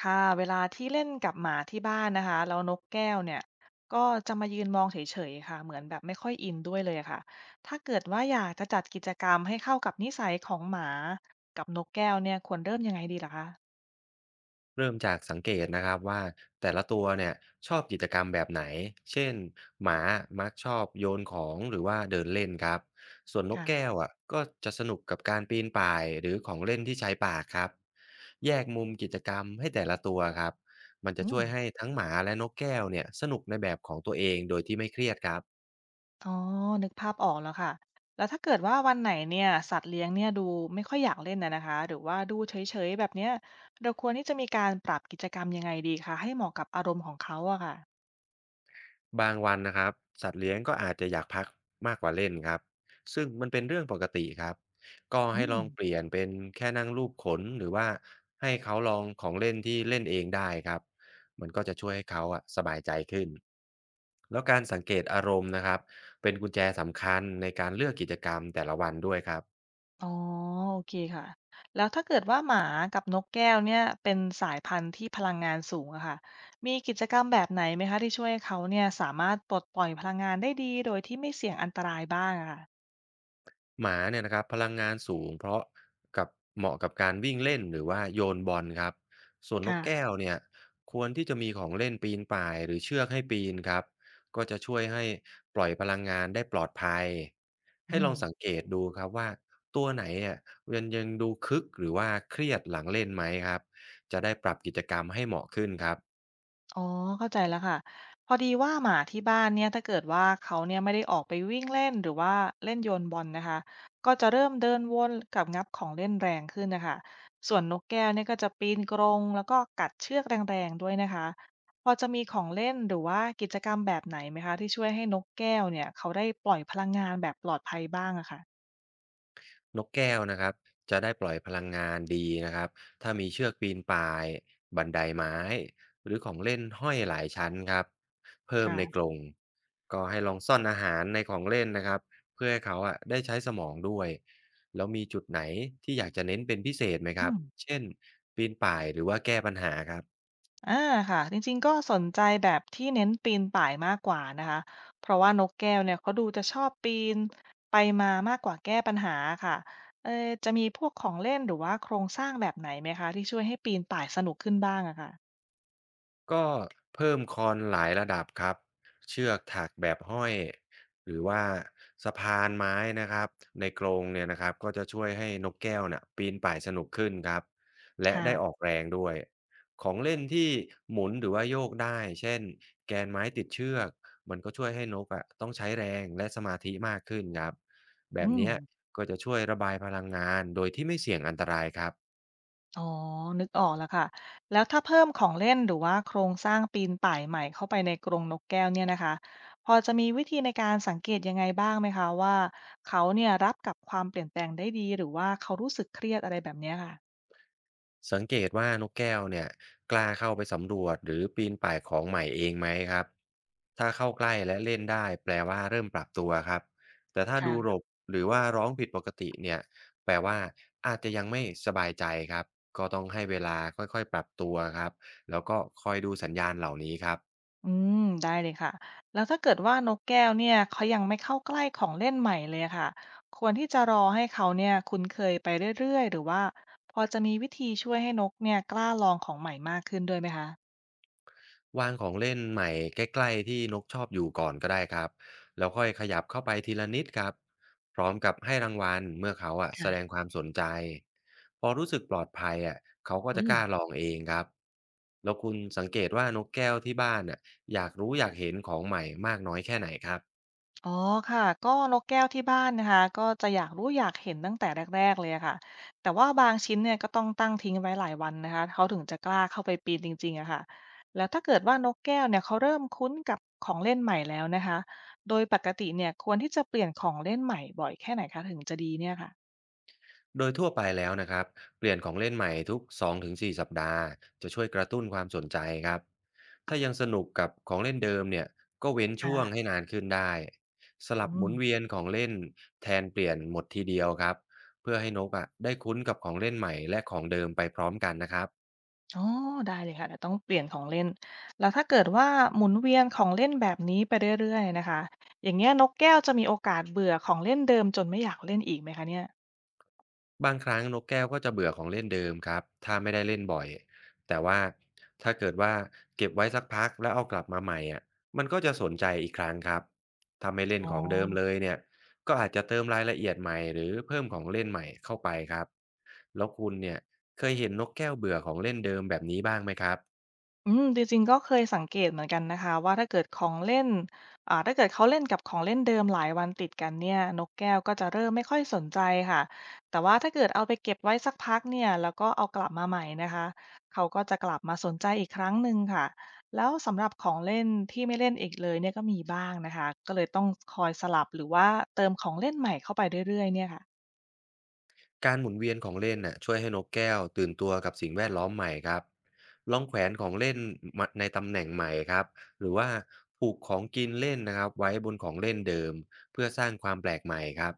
ค่ะเวลาที่เล่นกับหมาที่บ้านนะคะแล้วนกแก้วเนี่ยก็จะมายืนมองเฉยๆค่ะเหมือนแบบไม่ค่อยอินด้วยเลยค่ะถ้าเกิดว่าอยากจะจัดกิจกรรมให้เข้ากับนิสัยของหมากับนกแก้วเนี่ยควรเริ่มยังไงดีล่ะคะเริ่มจากสังเกตนะครับว่าแต่ละตัวเนี่ยชอบกิจกรรมแบบไหน เช่นหมามักชอบโยนของหรือว่าเดินเล่นครับส่วนนกแก้ค่ะวอ่ะก็จะสนุกกับการปีนป่ายหรือของเล่นที่ใช้ปากครับแยกมุมกิจกรรมให้แต่ละตัวครับมันจะอืช่มวยให้ทั้งหมาและนกแก้วเนี่ยสนุกในแบบของตัวเองโดยที่ไม่เครียดครับ อ๋อนึกภาพออกแล้วค่ะแล้วถ้าเกิดว่าวันไหนเนี่ยสัตว์เลี้ยงเนี่ยดูไม่ค่อยอยากเล่นนะคะหรือว่าดูเฉยๆแบบเนี้ยเราควรที่จะมีการปรับกิจกรรมยังไงดีคะให้เหมาะกับอารมณ์ของเขาอะค่ะบางวันนะครับสัตว์เลี้ยงก็อาจจะอยากพักมากกว่าเล่นครับซึ่งมันเป็นเรื่องปกติครับก็อืให้ลม องเปลี่ยนเป็นแค่นั่งลูบขนหรือว่าให้เขาลองของเล่นที่เล่นเองได้ครับมันก็จะช่วยให้เขาอะสบายใจขึ้นแล้วการสังเกตอารมณ์นะครับเป็นกุญแจสำคัญในการเลือกกิจกรรมแต่ละวันด้วยครับ อ๋อโอเคค่ะแล้วถ้าเกิดว่าหมากับนกแก้วเนี่ยเป็นสายพันธุ์ที่พลังงานสูงอะค่ะมีกิจกรรมแบบไหนไหมคะที่ช่วยให้เขาเนี่ยสามารถปลดปล่อยพลังงานได้ดีโดยที่ไม่เสี่ยงอันตรายบ้างอะค่ะหมาเนี่ยนะครับพลังงานสูงเพราะกับเหมาะกับการวิ่งเล่นหรือว่าโยนบอลครับส่วนนกแก้วค่ะเนี่ยควรที่จะมีของเล่นปีนป่ายหรือเชือกให้ปีนครับก็จะช่วยให้ปล่อยพลังงานได้ปลอดภัยให้อืลม องสังเกตดูครับว่าตัวไหนเนี่ยยังดูคึกหรือว่าเครียดหลังเล่นไหมครับจะได้ปรับกิจกรรมให้เหมาะขึ้นครับ อ๋อเข้าใจแล้วค่ะ พอดีว่าหมาที่บ้านเนี่ยถ้าเกิดว่าเขาเนี่ยไม่ได้ออกไปวิ่งเล่นหรือว่าเล่นโยนบอลนะคะ ก็จะเริ่มเดินวนกับงับของเล่นแรงขึ้นนะคะ ส่วนนกแก้วเนี่ยก็จะปีนกรงแล้วก็กัดเชือกแรงๆด้วยนะคะ พอจะมีของเล่นหรือว่ากิจกรรมแบบไหนไหมคะที่ช่วยให้นกแก้วเนี่ยเขาได้ปล่อยพลังงานแบบปลอดภัยบ้างอะค่ะนกแก้วนะครับจะได้ปล่อยพลังงานดีนะครับถ้ามีเชือกปีนป่ายบันไดไม้หรือของเล่นห้อยหลายชั้นครับเพิ่มในกค่ะรงก็ให้ลองซ่อนอาหารในของเล่นนะครับเพื่อให้เขาอะได้ใช้สมองด้วยแล้วมีจุดไหนที่อยากจะเน้นเป็นพิเศษไหมคอืรับม เช่นปีนป่ายหรือว่าแก้ปัญหาครับ อาค่ะจริงๆก็สนใจแบบที่เน้นปีนป่ายมากกว่านะคะเพราะว่านกแก้วเนี่ยเขาดูจะชอบปีนไปมามากกว่าแก้ปัญหาค่ะเอ่อจะมีพวกของเล่นหรือว่าโครงสร้างแบบไหนไหมคะที่ช่วยให้ปีนป่ายสนุกขึ้นบ้างอะค่ะก็เพิ่มคอนหลายระดับครับเชือกถักแบบห้อยหรือว่าสะพานไม้นะครับในกรงเนี่ยนะครับก็จะช่วยให้นกแก้วน่ะปีนป่ายสนุกขึ้นครับคและได้ออก่ะแรงด้วยของเล่นที่หมุนหรือว่าโยกได้เช่นแกนไม้ติดเชือกมันก็ช่วยให้นกอะต้องใช้แรงและสมาธิมากขึ้นครับแบอืบม เนี้ยก็จะช่วยระบายพลังงานโดยที่ไม่เสี่ยงอันตรายครับ อ๋อ นึกออกแล้วค่ะ แล้วถ้าเพิ่มของเล่นหรือว่าโครงสร้างปีนป่ายใหม่เข้าไปในกรงนกแก้วเนี่ยนะคะ พอจะมีวิธีในการสังเกตยังไงบ้างไหมคะว่าเขาเนี่ยรับกับความเปลี่ยนแปลงได้ดีหรือว่าเขารู้สึกเครียดอะไรแบบเนี้ยค่ะสังเกตว่านกแก้วเนี่ยกล้าเข้าไปสำรวจหรือปีนป่ายของใหม่เองไหมครับถ้าเข้าใกล้และเล่นได้แปลว่าเริ่มปรับตัวครับแต่ถ้าดูหลค่ะบหรือว่าร้องผิดปกติเนี่ยแปลว่าอาจจะยังไม่สบายใจครับก็ต้องให้เวลาค่อยๆปรับตัวครับแล้วก็คอยดูสัญญาณเหล่านี้ครับ อืมได้เลยค่ะแล้วถ้าเกิดว่านกแก้วเนี่ยเขายังไม่เข้าใกล้ของเล่นใหม่เลยอะค่ะควรที่จะรอให้เขาเนี่ยคุ้นเคยไปเรื่อยๆหรือว่าพอจะมีวิธีช่วยให้นกเนี่ยกล้าลองของใหม่มากขึ้นด้วยไหมคะวางของเล่นใหม่ใกล้ๆที่นกชอบอยู่ก่อนก็ได้ครับแล้วค่อยขยับเข้าไปทีละนิดครับพร้อมกับให้รางวัลเมื่อเขาอะแสดงค่ะความสนใจพอรู้สึกปลอดภัยอะเขาก็อืจะกล้าลม องเองครับแล้วคุณสังเกตว่านกแก้วที่บ้านอะอยากรู้อยากเห็นของใหม่มากน้อยแค่ไหนครับ อ๋อค่ะก็นกแก้วที่บ้านนะคะก็จะอยากรู้อยากเห็นตั้งแต่แรกๆเลยอะค่ะแต่ว่าบางชิ้นเนี่ยก็ต้องตั้งทิ้งไว้หลายวันนะคะเขาถึงจะกล้าเข้าไปปีนจริงๆอะค่ะแล้วถ้าเกิดว่านกแก้วเนี่ยเขาเริ่มคุ้นกับของเล่นใหม่แล้วนะคะโดยปกติเนี่ยควรที่จะเปลี่ยนของเล่นใหม่บ่อยแค่ไหนคะถึงจะดีเนี่ยค่ะโดยทั่วไปแล้วนะครับเปลี่ยนของเล่นใหม่ทุก2-4สสัปดาห์จะช่วยกระตุ้นความสนใจครับถ้ายังสนุกกับของเล่นเดิมเนี่ยก็เว้นช่วงให้ค่ะนานขึ้นได้สลัอืบหมุม นเวียนของเล่นแทนเปลี่ยนหมดทีเดียวครับเพื่อให้นกอ่ะได้คุ้นกับของเล่นใหม่และของเดิมไปพร้อมกันนะครับ อ๋อได้เลยค่ะเดี๋ยวต้องเปลี่ยนของเล่นแล้วถ้าเกิดว่าหมุนเวียนของเล่นแบบนี้ไปเรื่อยๆนะคะอย่างเงี้ยนกแก้วจะมีโอกาสเบื่อของเล่นเดิมจนไม่อยากเล่นอีกไหมคะเนี่ยบางครั้งนกแก้วก็จะเบื่อของเล่นเดิมครับถ้าไม่ได้เล่นบ่อยแต่ว่าถ้าเกิดว่าเก็บไว้สักพักแล้วเอากลับมาใหม่อ่ะมันก็จะสนใจอีกครั้งครับถ้าไม่เล่นอ๋อ ของเดิมเลยเนี่ยก็อาจจะเติมรายละเอียดใหม่หรือเพิ่มของเล่นใหม่เข้าไปครับแล้วคุณเนี่ยเคยเห็นนกแก้วเบื่อของเล่นเดิมแบบนี้บ้างไหมครับ อืมจริงๆก็เคยสังเกตเหมือนกันนะคะว่าถ้าเกิดของเล่นถ้าเกิดเขาเล่นกับของเล่นเดิมหลายวันติดกันเนี่ยนกแก้วก็จะเริ่มไม่ค่อยสนใจค่ะแต่ว่าถ้าเกิดเอาไปเก็บไว้สักพักเนี่ยแล้วก็เอากลับมาใหม่นะคะเขาก็จะกลับมาสนใจอีกครั้งหนึ่งค่ะแล้วสำหรับของเล่นที่ไม่เล่นอีกเลยเนี่ยก็มีบ้างนะคะก็เลยต้องคอยสลับหรือว่าเติมของเล่นใหม่เข้าไปเรื่อยๆเนี่ยค่ะการหมุนเวียนของเล่นน่ะช่วยให้นกแก้วตื่นตัวกับสิ่งแวดล้อมใหม่ครับลองแขวนของเล่นมาในตำแหน่งใหม่ครับหรือว่าผูกของกินเล่นนะครับไว้บนของเล่นเดิมเพื่อสร้างความแปลกใหม่ครับ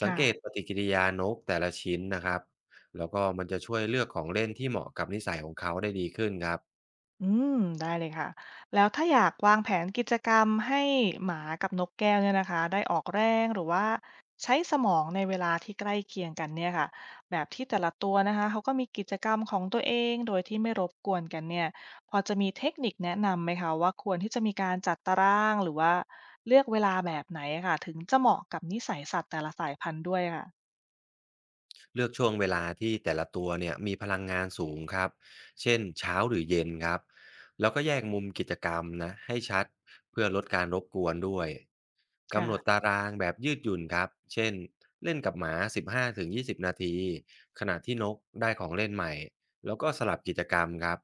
สังค่ะ เกตปฏิกิริยานกแต่ละชิ้นนะครับแล้วก็มันจะช่วยเลือกของเล่นที่เหมาะกับนิสัยของเขาได้ดีขึ้นครับ อืมได้เลยค่ะแล้วถ้าอยากวางแผนกิจกรรมให้หมากับนกแก้วเนี่ยนะคะได้ออกแรงหรือว่าใช้สมองในเวลาที่ใกล้เคียงกันเนี่ยค่ะแบบที่แต่ละตัวนะคะเขาก็มีกิจกรรมของตัวเองโดยที่ไม่รบกวนกันเนี่ยพอจะมีเทคนิคแนะนำไหมคะว่าควรที่จะมีการจัดตารางหรือว่าเลือกเวลาแบบไหนอะค่ะถึงจะเหมาะกับนิสัยสัตว์แต่ละสายพันธุ์ด้วยค่ะเลือกช่วงเวลาที่แต่ละตัวเนี่ยมีพลังงานสูงครับเช่นเช้าหรือเย็นครับแล้วก็แยกมุมกิจกรรมนะให้ชัดเพื่อลดการรบกวนด้วยกำหนดตาค่ะ รางแบบยืดหยุ่นครับเช่นเล่นกับหมา15-20นาทีขณะที่นกได้ของเล่นใหม่แล้วก็สลับกิจกรรมครับ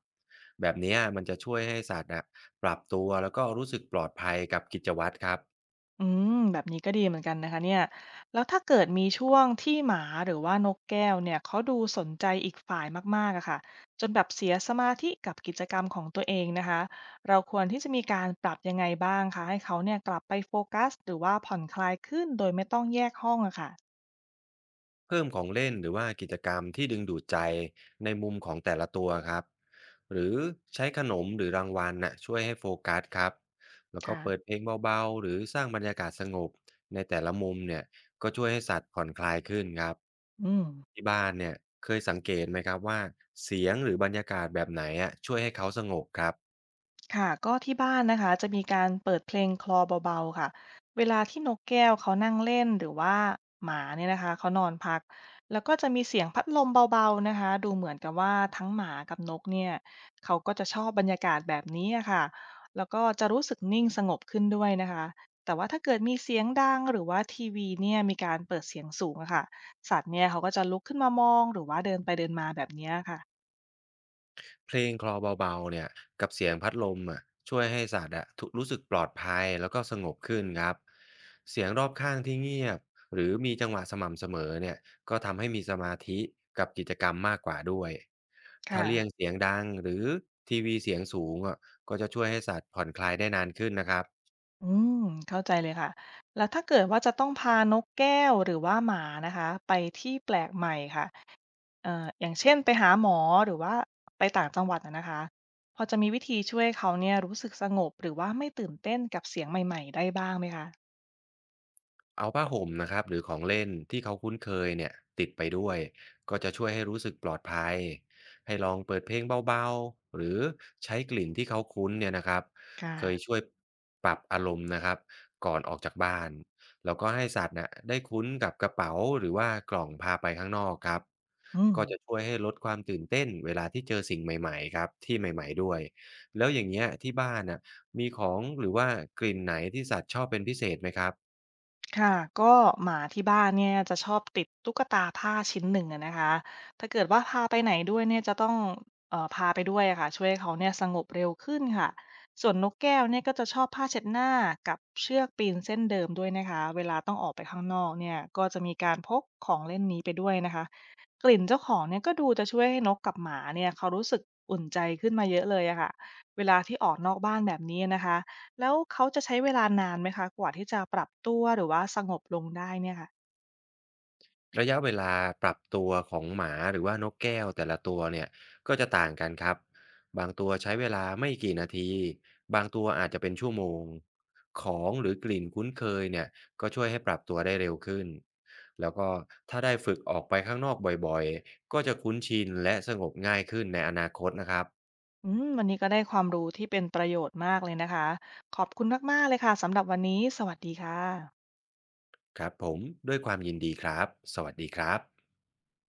แบบเนี้ยมันจะช่วยให้สัตว์อะปรับตัวแล้วก็รู้สึกปลอดภัยกับกิจวัตรครับ อืมแบบนี้ก็ดีเหมือนกันนะคะเนี่ยแล้วถ้าเกิดมีช่วงที่หมาหรือว่านกแก้วเนี่ยเขาดูสนใจอีกฝ่ายมากๆอะค่ะจนแบบเสียสมาธิกับกิจกรรมของตัวเองนะคะเราควรที่จะมีการปรับยังไงบ้างคะให้เขาเนี่ยกลับไปโฟกัสหรือว่าผ่อนคลายขึ้นโดยไม่ต้องแยกห้องอะค่ะเพิ่มของเล่นหรือว่ากิจกรรมที่ดึงดูดใจในมุมของแต่ละตัวครับหรือใช้ขนมหรือรางวัลน่ะช่วยให้โฟกัสครับแล้วก็เปิดค่ะเพลงเบาๆหรือสร้างบรรยากาศสงบในแต่ละมุมเนี่ยก็ช่วยให้สัตว์ผ่อนคลายขึ้นครับอืม ที่บ้านเนี่ยเคยสังเกตไหมครับว่าเสียงหรือบรรยากาศแบบไหนอ่ะช่วยให้เขาสงบครับ ค่ะก็ที่บ้านนะคะจะมีการเปิดเพลงคลอเบาๆค่ะเวลาที่นกแก้วเขานั่งเล่นหรือว่าหมาเนี่ยนะคะเขานอนพักแล้วก็จะมีเสียงพัดลมเบาๆนะคะดูเหมือนกับว่าทั้งหมากับนกเนี่ยเขาก็จะชอบบรรยากาศแบบนี้อะค่ะแล้วก็จะรู้สึกนิ่งสงบขึ้นด้วยนะคะแต่ว่าถ้าเกิดมีเสียงดังหรือว่าทีวีเนี่ยมีการเปิดเสียงสูงอะค่ะสัตว์เนี่ยเขาก็จะลุกขึ้นมามองหรือว่าเดินไปเดินมาแบบเนี้ยค่ะเพลงคลอเบาๆเนี่ยกับเสียงพัดลมอะช่วยให้สัตว์อะทุรู้สึกปลอดภัยแล้วก็สงบขึ้นครับเสียงรอบข้างที่เงียบหรือมีจังหวะสม่ำเสมอเนี่ยก็ทำให้มีสมาธิกับกิจกรรมมากกว่าด้วยถ้าค่ะ เลี่ยงเสียงดังหรือทีวีเสียงสูงอะก็จะช่วยให้สัตว์ผ่อนคลายได้นานขึ้นนะครับ อืมเข้าใจเลยค่ะแล้วถ้าเกิดว่าจะต้องพานกแก้วหรือว่าหมานะคะไปที่แปลกใหม่ค่ะอย่างเช่นไปหาหมอหรือว่าไปต่างจังหวัดอะนะคะพอจะมีวิธีช่วยเขาเนี่ยรู้สึกสงบหรือว่าไม่ตื่นเต้นกับเสียงใหม่ๆได้บ้างไหมคะเอาผ้าห่มนะครับหรือของเล่นที่เขาคุ้นเคยเนี่ยติดไปด้วยก็จะช่วยให้รู้สึกปลอดภัยให้ลองเปิดเพลงเบาๆหรือใช้กลิ่นที่เขาคุ้นเนี่ยนะครับค่ะเคยช่วยปรับอารมณ์นะครับก่อนออกจากบ้านแล้วก็ให้สัตว์น่ะได้คุ้นกับกระเป๋าหรือว่ากล่องพาไปข้างนอกครับอืม ก็จะช่วยให้ลดความตื่นเต้นเวลาที่เจอสิ่งใหม่ๆครับที่ใหม่ๆด้วยแล้วอย่างเงี้ยที่บ้านน่ะมีของหรือว่ากลิ่นไหนที่สัตว์ชอบเป็นพิเศษไหมครับ ค่ะก็หมาที่บ้านเนี่ยจะชอบติดตุ๊กตาผ้าชิ้นหนึ่งอะนะคะถ้าเกิดว่าพาไปไหนด้วยเนี่ยจะต้องพาไปด้วยอะค่ะช่วยให้เขาเนี่ยสงบเร็วขึ้นค่ะส่วนนกแก้วเนี่ยก็จะชอบผ้าเช็ดหน้ากับเชือกปีนเส้นเดิมด้วยนะคะเวลาต้องออกไปข้างนอกเนี่ยก็จะมีการพกของเล่นนี้ไปด้วยนะคะกลิ่นเจ้าของเนี่ยก็ดูจะช่วยให้นกกับหมาเนี่ยเขารู้สึกอุ่นใจขึ้นมาเยอะเลยอะค่ะเวลาที่ออกนอกบ้านแบบนี้นะคะ แล้วเขาจะใช้เวลานานไหมคะกว่าที่จะปรับตัวหรือว่าสงบลงได้เนี่ยค่ะระยะเวลาปรับตัวของหมาหรือว่านกแก้วแต่ละตัวเนี่ยก็จะต่างกันครับบางตัวใช้เวลาไม่กี่นาทีบางตัวอาจจะเป็นชั่วโมงของหรือกลิ่นคุ้นเคยเนี่ยก็ช่วยให้ปรับตัวได้เร็วขึ้นแล้วก็ถ้าได้ฝึกออกไปข้างนอกบ่อยๆก็จะคุ้นชินและสงบง่ายขึ้นในอนาคตนะครับอืมวันนี้ก็ได้ความรู้ที่เป็นประโยชน์มากเลยนะคะขอบคุณมากๆเลยค่ะสำหรับวันนี้สวัสดีค่ะครับผมด้วยความยินดีครับสวัสดีครับ